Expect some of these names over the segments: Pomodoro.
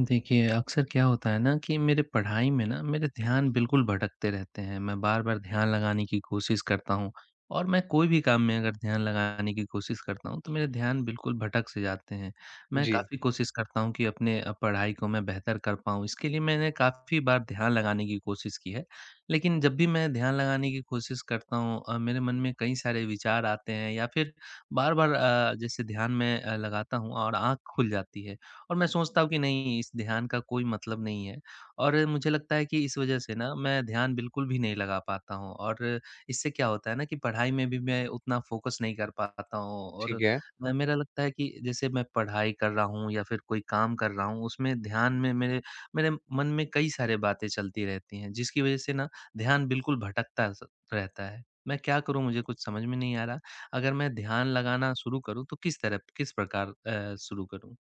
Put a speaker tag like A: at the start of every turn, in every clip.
A: देखिए, अक्सर क्या होता है ना कि मेरे पढ़ाई में ना मेरे ध्यान बिल्कुल भटकते रहते हैं। मैं बार-बार ध्यान लगाने की कोशिश करता हूँ, और मैं कोई भी काम में अगर ध्यान लगाने की कोशिश करता हूँ, तो मेरे ध्यान बिल्कुल भटक से जाते हैं। मैं
B: जी,
A: काफ़ी कोशिश करता हूँ कि अपने पढ़ाई को मैं बेहतर कर पाऊँ। इसके लिए मैंने काफ़ी बार ध्यान लगाने की कोशिश की है। लेकिन जब भी मैं ध्यान लगाने की कोशिश करता हूँ मेरे मन में कई सारे विचार आते हैं, या फिर बार-बार जैसे ध्यान मैं लगाता हूँ और आँख खुल जाती है। और मैं सोचता हूँ कि नहीं, इस ध्यान का कोई मतलब नहीं है। और मुझे लगता है कि इस वजह से ना मैं ध्यान बिल्कुल भी नहीं लगा पाता हूँ, और इससे क्या होता है ना कि पढ़ाई में भी मैं उतना फोकस नहीं कर पाता हूँ।
B: ठीक
A: और
B: है।
A: मैं, मेरा लगता है कि जैसे मैं पढ़ाई कर रहा हूँ या फिर कोई काम कर रहा हूँ, उसमें ध्यान में मेरे मेरे मन में कई सारे बातें चलती रहती हैं, जिसकी वजह से ना ध्यान बिल्कुल भटकता रहता है। मैं क्या करूं? मुझे कुछ समझ में नहीं आ रहा। अगर मैं ध्यान लगाना शुरू करूं, तो किस तरह, किस प्रकार शुरू करूं?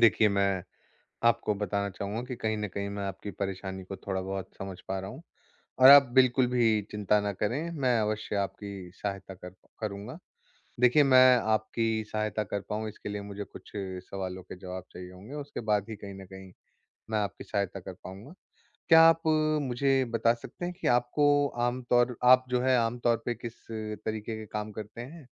B: देखिए, मैं आपको बताना चाहूँगा कि कहीं न कहीं मैं आपकी परेशानी को थोड़ा-बहुत समझ पा रहा हूँ और आप बिल्कुल भी चिंता ना करें, मैं अवश्य आपकी सहायता कर करूँगा। देखिए, मैं आपकी सहायता कर पाऊँ इसके लिए मुझे कुछ सवालों के जवाब चाहिए होंगे, उसके बाद ही कहीं न कहीं मैं आपकी सहायता कर पाऊँगा। क्या आप मुझे बता सकते हैं कि आपको आम तौर आप जो है आम तौर पे किस तरीके के काम करते हैं?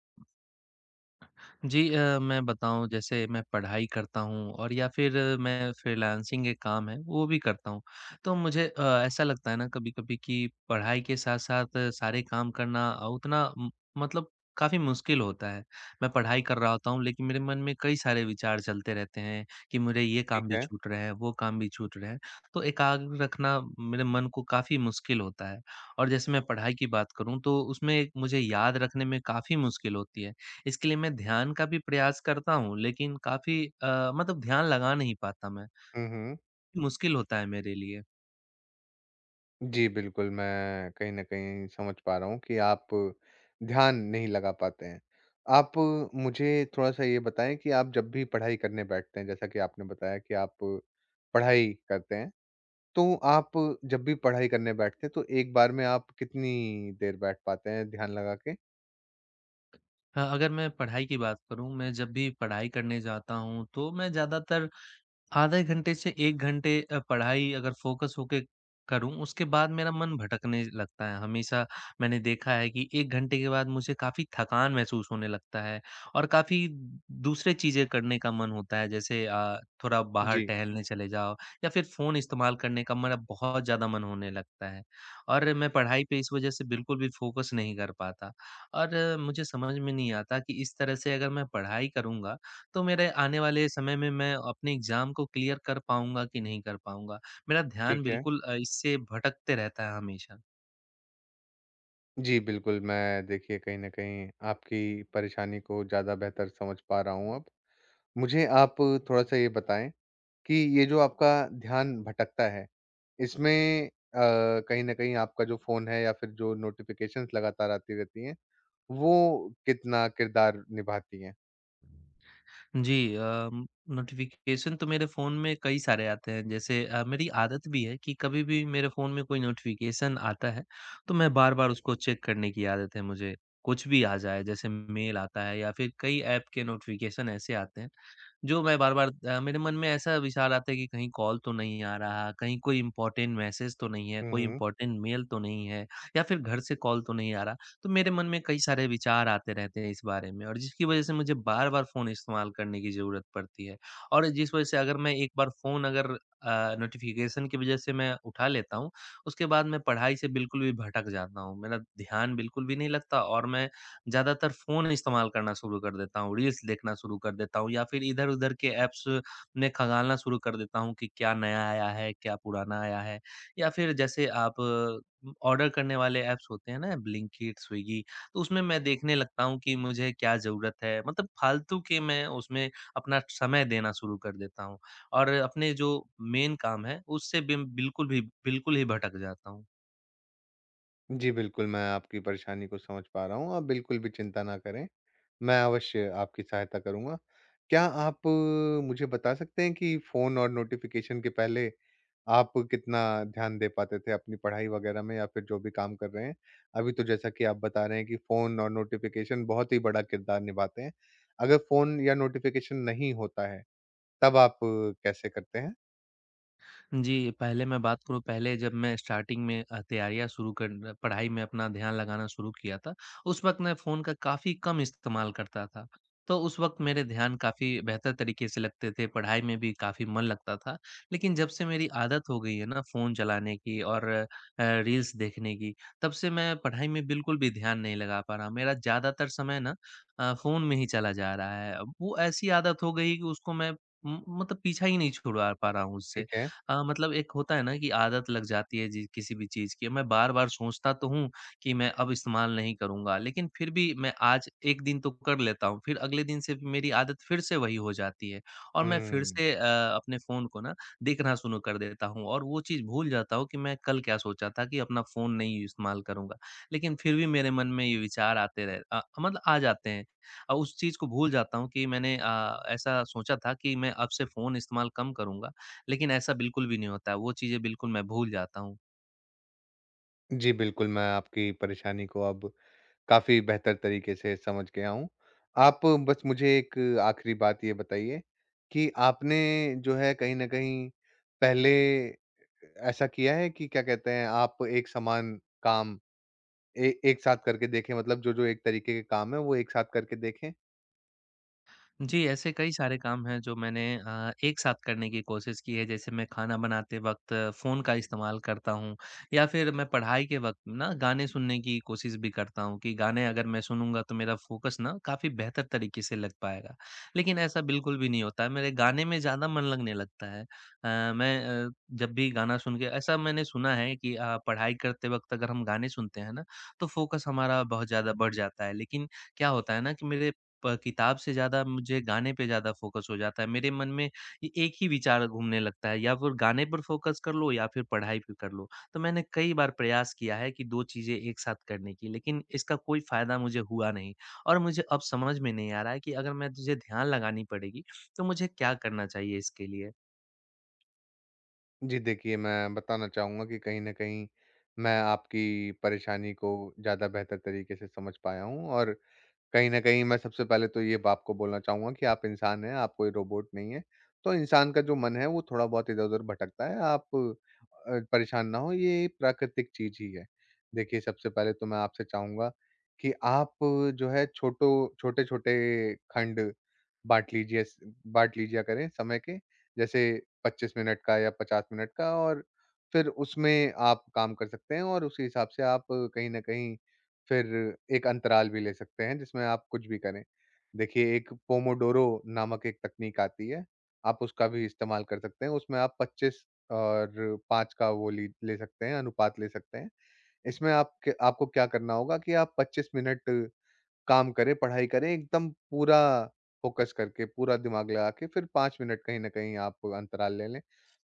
A: जी, मैं बताऊँ, जैसे मैं पढ़ाई करता हूँ और या फिर मैं फ्रीलांसिंग एक काम है वो भी करता हूँ। तो मुझे ऐसा लगता है ना कभी-कभी कि पढ़ाई के साथ-साथ सारे काम करना उतना म मतलब काफ़ी मुश्किल होता है। मैं पढ़ाई कर रहा होता हूँ, लेकिन मेरे मन में कई सारे विचार चलते रहते हैं कि मेरे ये
B: ठीक
A: काम भी
B: है।
A: छूट रहे हैं, वो काम भी छूट रहे हैं। तो एकाग्र रखना मेरे मन को काफ़ी मुश्किल होता है। और जैसे मैं पढ़ाई की बात करूँ, तो उसमें एक मुझे याद रखने में काफ़ी मुश्किल होती है। इसके लिए मैं ध्यान का भी प्रयास करता हूँ, लेकिन काफ़ी मतलब ध्यान लगा नहीं पाता मैं,
B: हुँ, हुँ।
A: मुश्किल होता है मेरे लिए।
B: जी, बिल्कुल, मैं कहीं न कहीं समझ पा रहा हूँ कि आप ध्यान नहीं लगा पाते हैं। आप मुझे थोड़ा-सा ये बताएँ कि आप जब भी पढ़ाई करने बैठते हैं, जैसा कि आपने बताया कि आप पढ़ाई करते हैं, तो आप जब भी पढ़ाई करने बैठते हैं, तो एक बार में आप कितनी देर बैठ पाते हैं ध्यान लगा के?
A: अगर मैं पढ़ाई की बात करूँ, मैं जब भी पढ़ाई करने जाता हूँ, तो मैं ज़्यादातर आधे घंटे से 1 घंटे पढ़ाई अगर फ़ोकस होके करूँ, उसके बाद मेरा मन भटकने लगता है। हमेशा मैंने देखा है कि 1 घंटे के बाद मुझे काफ़ी थकान महसूस होने लगता है, और काफ़ी दूसरे चीज़ें करने का मन होता है। जैसे थोड़ा बाहर
B: जी,
A: टहलने चले जाओ, या फिर फ़ोन इस्तेमाल करने का मेरा बहुत ज़्यादा मन होने लगता है। और मैं पढ़ाई पे इस वज़ह से बिल्कुल भी फ़ोकस नहीं कर पाता, और मुझे समझ में नहीं आता कि इस तरह से अगर मैं पढ़ाई करूँगा, तो मेरे आने वाले समय में मैं अपने एग्ज़ाम को क्लियर कर पाऊँगा कि नहीं कर पाऊँगा? मेरा ध्यान
B: ठीक है।
A: बिल्कुल इससे भटकते रहता है हमेशा।
B: जी, बिल्कुल, मैं देखिए कहीं न कहीं आपकी परेशानी को ज़्यादा बेहतर समझ पा रहा हूँ अब। मुझे आप थोड़ा-सा ये बताएँ कि ये जो आपका ध्यान भटकता है, इसमें अ, कहीं न कहीं आपका जो फ़ोन है या फिर जो नोटिफ़िकेशंस लगातार आती रहती हैं, वो कितना किरदार निभाती हैं?
A: जी, नोटिफ़िकेशन तो मेरे फ़ोन में कई सारे आते हैं। जैसे मेरी आदत भी है कि कभी भी मेरे फ़ोन में कोई नोटिफ़िकेशन आता है, तो मैं बार-बार उसको चेक करने की आदत है मुझे। कुछ भी आ जाए, जैसे मेल आता है या फिर कई ऐप के नोटिफ़िकेशन ऐसे आते हैं, जो मैं बार-बार मेरे मन में ऐसा विचार आता है कि कहीं कॉल तो नहीं आ रहा, कहीं कोई इम्पोर्टेंट मैसेज तो नहीं है,
B: हुँ,
A: कोई
B: हुँ।
A: इम्पोर्टेंट मेल तो नहीं है, या फिर घर से कॉल तो नहीं आ रहा। तो मेरे मन में कई सारे विचार आते रहते हैं इस बारे में, और जिसकी वजह से मुझे बार-बार फ़ोन इस्तेमाल करने की ज़रूरत पड़ती है। और जिस वजह से अगर मैं एक बार फ़ोन अगर नोटिफ़िकेशन की वजह से मैं उठा लेता हूँ, उसके बाद मैं पढ़ाई से बिल्कुल भी भटक जाता हूँ। मेरा ध्यान बिल्कुल भी नहीं लगता, और मैं ज़्यादातर फ़ोन इस्तेमाल करना शुरू कर देता हूँ, रील्स देखना शुरू कर देता हूँ, या फिर इधर-उधर के ऐप्स में खंगालना शुरू कर देता हूँ कि क्या नया आया है, क्या पुराना आया है, या फिर जैसे आप ऑर्डर करने वाले ऐप्स होते हैं ना, ब्लिंकिट, स्विगी, तो उसमें मैं देखने लगता हूँ कि मुझे क्या ज़रूरत है, मतलब फालतू के मैं उसमें अपना समय देना शुरू कर देता हूँ, और अपने जो मेन काम है उससे बिम बिल्कुल भी बिल्कुल ही भटक जाता हूँ।
B: जी, बिल्कुल, मैं आपकी परेशानी को समझ पा रहा हूँ। आप बिल्कुल भी चिंता ना करें, मैं अवश्य आपकी सहायता करूँगा। क्या आप मुझे बता सकते हैं कि फ़ोन और नोटिफ़िकेशन के पहले आप कितना ध्यान दे पाते थे अपनी पढ़ाई वगैरह में या फिर जो भी काम कर रहे हैं? अभी तो जैसा कि आप बता रहे हैं कि फ़ोन और नोटिफ़िकेशन बहुत ही बड़ा किरदार निभाते हैं। अगर फ़ोन या नोटिफ़िकेशन नहीं होता है, तब आप कैसे करते हैं?
A: जी, पहले मैं बात करूँ, पहले जब मैं स्टार्टिंग में तैयारियाँ शुरू कर पढ़ाई में अपना ध्यान लगाना शुरू किया था, उस वक़्त मैं फ़ोन का काफ़ी कम इस्तेमाल करता था। तो उस वक़्त मेरे ध्यान काफ़ी बेहतर तरीके से लगते थे, पढ़ाई में भी काफ़ी मन लगता था। लेकिन जब से मेरी आदत हो गई है ना फ़ोन चलाने की और रील्स देखने की, तब से मैं पढ़ाई में बिल्कुल भी ध्यान नहीं लगा पा रहा। मेरा ज़्यादातर समय ना फ़ोन में ही चला जा रहा है। वो ऐसी आदत हो गई है कि उसको मैं म मतलब पीछा ही नहीं छुड़वा पा रहा हूँ उससे।
B: ठीक है।
A: मतलब एक होता है ना कि आदत लग जाती है जी किसी भी चीज़ की। मैं बार-बार सोचता तो हूँ कि मैं अब इस्तेमाल नहीं करूँगा, लेकिन फिर भी मैं आज 1 दिन तो कर लेता हूँ, फिर अगले दिन से भी मेरी आदत फिर से वही हो जाती है, और मैं फिर
B: हुँ।
A: से अपने फ़ोन को ना देखना शुरू कर देता हूँ, और वो चीज़ भूल जाता हूँ कि मैं कल क्या सोचा था कि अपना फ़ोन नहीं इस्तेमाल करूँगा। लेकिन फिर भी मेरे मन में ये विचार आते मतलब आ जाते हैं, और उस चीज़ को भूल जाता हूँ कि मैंने ऐसा सोचा था कि मैं अब से फ़ोन इस्तेमाल कम करूँगा। लेकिन ऐसा बिल्कुल भी नहीं होता है, वो चीज़ें बिल्कुल मैं भूल जाता हूँ।
B: जी, बिल्कुल, मैं आपकी परेशानी को अब काफ़ी बेहतर तरीके से समझ गया हूँ। आप बस मुझे एक आखिरी बात ये बताइए कि आपने जो है कहीं न कहीं पहले ऐसा किया है कि क्या कहते हैं आप एक समान काम एक साथ करके देखें, मतलब जो जो एक तरीके के काम है वो एक साथ करके देखें।
A: जी, ऐसे कई सारे काम हैं जो मैंने एक साथ करने की कोशिश की है। जैसे मैं खाना बनाते वक़्त फ़ोन का इस्तेमाल करता हूँ, या फिर मैं पढ़ाई के वक़्त ना गाने सुनने की कोशिश भी करता हूँ कि गाने अगर मैं सुनूँगा तो मेरा फ़ोकस ना काफ़ी बेहतर तरीके से लग पाएगा। लेकिन ऐसा बिल्कुल भी नहीं होता है, मेरे गाने में ज़्यादा मन लगने लगता है। मैं जब भी गाना सुन के, ऐसा मैंने सुना है कि पढ़ाई करते वक़्त अगर हम गाने सुनते हैं ना, तो फ़ोकस हमारा बहुत ज़्यादा बढ़ जाता है। लेकिन क्या होता है ना कि मेरे प किताब से ज़्यादा मुझे गाने पे ज़्यादा फ़ोकस हो जाता है। मेरे मन में ये एक ही विचार घूमने लगता है, या फिर गाने पर फ़ोकस कर लो, या फिर पढ़ाई पे कर लो। तो मैंने कई बार प्रयास किया है कि 2 चीज़ें एक साथ करने की, लेकिन इसका कोई फ़ायदा मुझे हुआ नहीं, और मुझे अब समझ में नहीं आ रहा है कि अगर मैं, मुझे ध्यान लगानी पड़ेगी, तो मुझे क्या करना चाहिए इसके लिए?
B: जी देखिए, मैं बताना चाहूंगा कि कहीं ना कहीं मैं आपकी परेशानी को ज़्यादा बेहतर तरीके से समझ पाया हूँ और कहीं न कहीं मैं सबसे पहले तो ये बाप को बोलना चाहूँगा कि आप इंसान हैं, आप कोई रोबोट नहीं हैं। तो इंसान का जो मन है वो थोड़ा बहुत इधर-उधर भटकता है, आप परेशान ना हों, ये प्राकृतिक चीज़ ही है। देखिए, सबसे पहले तो मैं आपसे चाहूँगा कि आप जो है छोटो छोटे-छोटे खंड बाँट लीजिए स बाँट लीजिया करें समय के, जैसे 25 मिनट का या 50 मिनट का, और फिर उसमें आप काम कर सकते हैं और उसी हिसाब से आप कहीं न कहीं फिर एक अंतराल भी ले सकते हैं जिसमें आप कुछ भी करें। देखिए, एक पोमोडोरो नामक एक तकनीक आती है, आप उसका भी इस्तेमाल कर सकते हैं। उसमें आप 25 और 5 का वो ली ले सकते हैं, अनुपात ले सकते हैं। इसमें आप क आपको क्या करना होगा कि आप 25 मिनट काम करें, पढ़ाई करें, एकदम पूरा फ़ोकस करके, पूरा दिमाग लगा के, फिर 5 मिनट कहीं न कहीं आप अंतराल ले लें।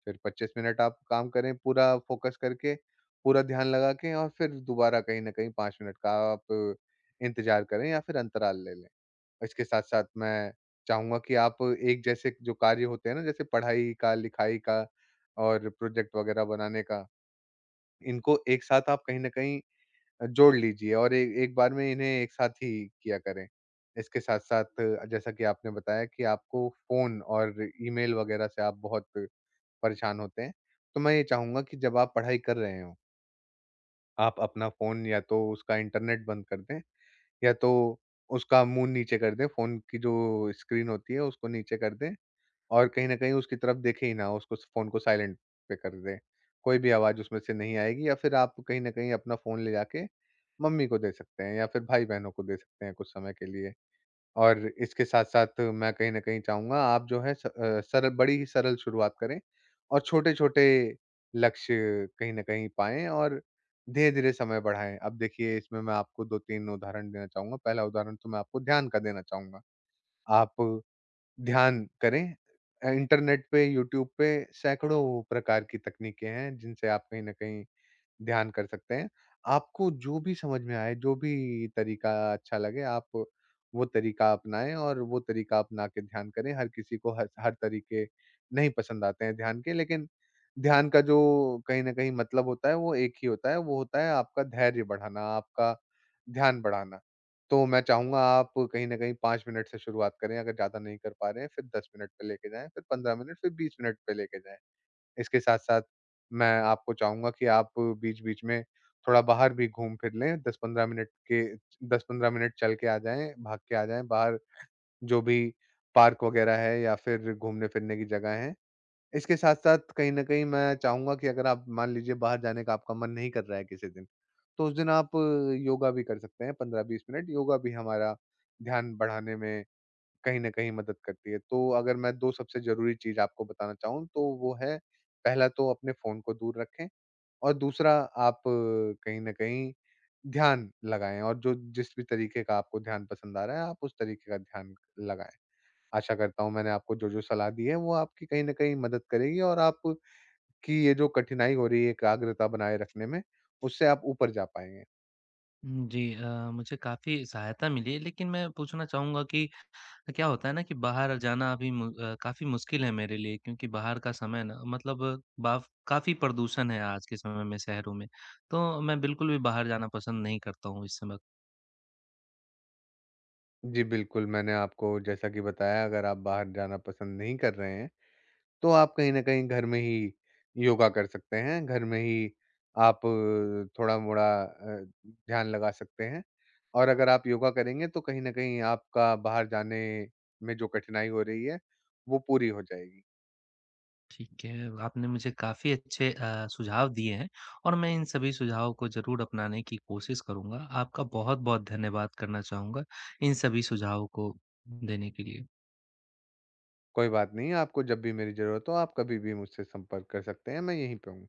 B: फिर 25 मिनट आप काम करें पूरा फ़ोकस करके, पूरा ध्यान लगा के, और फिर दोबारा कहीं न कहीं 5 मिनट का आप इंतज़ार करें या फिर अंतराल ले लें। इसके साथ-साथ मैं चाहूँगा कि आप एक जैसे जो कार्य होते हैं ना, जैसे पढ़ाई का, लिखाई का और प्रोजेक्ट वग़ैरह बनाने का, इनको एक साथ आप कहीं न कहीं जोड़ लीजिए और ए एक बार में इन्हें एक साथ ही किया करें। इसके साथ-साथ, जैसा कि आपने बताया कि आपको फ़ोन और ईमेल वग़ैरह से आप बहुत परेशान होते हैं। तो मैं ये चाहूँगा कि जब आप पढ़ाई कर रहे हों, आप अपना फ़ोन या तो उसका इंटरनेट बंद कर दें, या तो उसका मुँह नीचे कर दें, फ़ोन की जो स्क्रीन होती है उसको नीचे कर दें और कहीं न कहीं उसकी तरफ देखें ही ना, उसको फ़ोन को साइलेंट पे कर दें। कोई भी आवाज़ उसमें से नहीं आएगी, या फिर आप कहीं न कहीं अपना फ़ोन ले जाके मम्मी को दे सकते हैं या फिर भाई-बहनों को दे सकते हैं कुछ समय के लिए। और इसके साथ-साथ मैं कहीं न कहीं चाहूँगा आप जो है सरल, बड़ी ही सरल शुरुआत करें और छोटे-छोटे लक्ष्य कहीं न कहीं पाएँ और धीरे-धीरे समय बढ़ाएँ। अब देखिए, इसमें मैं आपको 2-3 उदाहरण देना चाहूँगा। पहला उदाहरण तो मैं आपको ध्यान का देना चाहूँगा। आप ध्यान करें। इंटरनेट पे, यूट्यूब पे सैकड़ों प्रकार की तकनीकें हैं जिनसे आप कहीं न कहीं ध्यान कर सकते हैं। आपको जो भी समझ में आए, जो भी तरीका अच्छा लगे, आप वो तरीका अपनाएँ और वो तरीका अपना के ध्यान करें। हर किसी को हर हर तरीके नहीं पसंद आते हैं ध्यान के, लेकिन ध्यान का जो कहीं न कहीं मतलब होता है वो एक ही होता है, वो होता है आपका धैर्य बढ़ाना, आपका ध्यान बढ़ाना। तो मैं चाहूँगा आप कहीं न कहीं 5 मिनट से शुरुआत करें, अगर ज़्यादा नहीं कर पा रहे हैं, फिर 10 मिनट पे लेके जाएँ, फिर 15 मिनट, फिर 20 मिनट पे लेके जाएँ। इसके साथ-साथ मैं आपको चाहूँगा कि आप बीच-बीच में थोड़ा बाहर भी घूम-फिर लें, 10-15 मिनट के, 10-15 मिनट चल के आ जाएँ, भाग के आ जाएँ बाहर, जो भी पार्क वगैरह है या फिर घूमने-फिरने की जगह है। इसके साथ-साथ कहीं न कहीं मैं चाहूँगा कि अगर आप मान लीजिए बाहर जाने का आपका मन नहीं कर रहा है किसी दिन, तो उस दिन आप योगा भी कर सकते हैं 15-20 मिनट। योगा भी हमारा ध्यान बढ़ाने में कहीं न कहीं मदद करती है। तो अगर मैं 2 सबसे ज़रूरी चीज़ आपको बताना चाहूँ तो वो है, पहला तो अपने फ़ोन को दूर रखें, और दूसरा आप कहीं न कहीं ध्यान लगाएँ और जो जिस भी तरीके का आपको ध्यान पसंद आ रहा है, आप उस तरीके का ध्यान लगाएँ। आशा करता हूँ मैंने आपको जो-जो सलाह दी है वो आपकी कहीं न कहीं मदद करेगी और आपकी ये जो कठिनाई हो रही है एकाग्रता बनाए रखने में, उससे आप ऊपर जा पाएँगे।
A: हुँ, जी। मुझे काफ़ी सहायता मिली है, लेकिन मैं पूछना चाहूँगा कि, तो क्या होता है ना कि बाहर जाना अभी काफ़ी मुश्किल है मेरे लिए, क्योंकि बाहर का समय ना मतलब बाफ काफ़ी प्रदूषण है आज के समय में शहरों में। तो मैं बिल्कुल भी बाहर जाना पसंद नहीं करता हूँ इस समय।
B: जी, बिल्कुल। मैंने आपको जैसा कि बताया, अगर आप बाहर जाना पसंद नहीं कर रहे हैं, तो आप कहीं न कहीं घर में ही योगा कर सकते हैं, घर में ही आप थोड़ा-मोड़ा ध्यान लगा सकते हैं, और अगर आप योगा करेंगे तो कहीं न कहीं आपका बाहर जाने में जो कठिनाई हो रही है, वो पूरी हो जाएगी।
A: ठीक है, आपने मुझे काफ़ी अच्छे सुझाव दिए हैं, और मैं इन सभी सुझावों को ज़रूर अपनाने की कोशिश करूँगा। आपका बहुत-बहुत धन्यवाद करना चाहूँगा, इन सभी सुझावों को देने के लिए।
B: कोई बात नहीं, आपको जब भी मेरी ज़रूरत हो, आप कभी भी मुझसे संपर्क कर सकते हैं, मैं यहीं पे हूँ।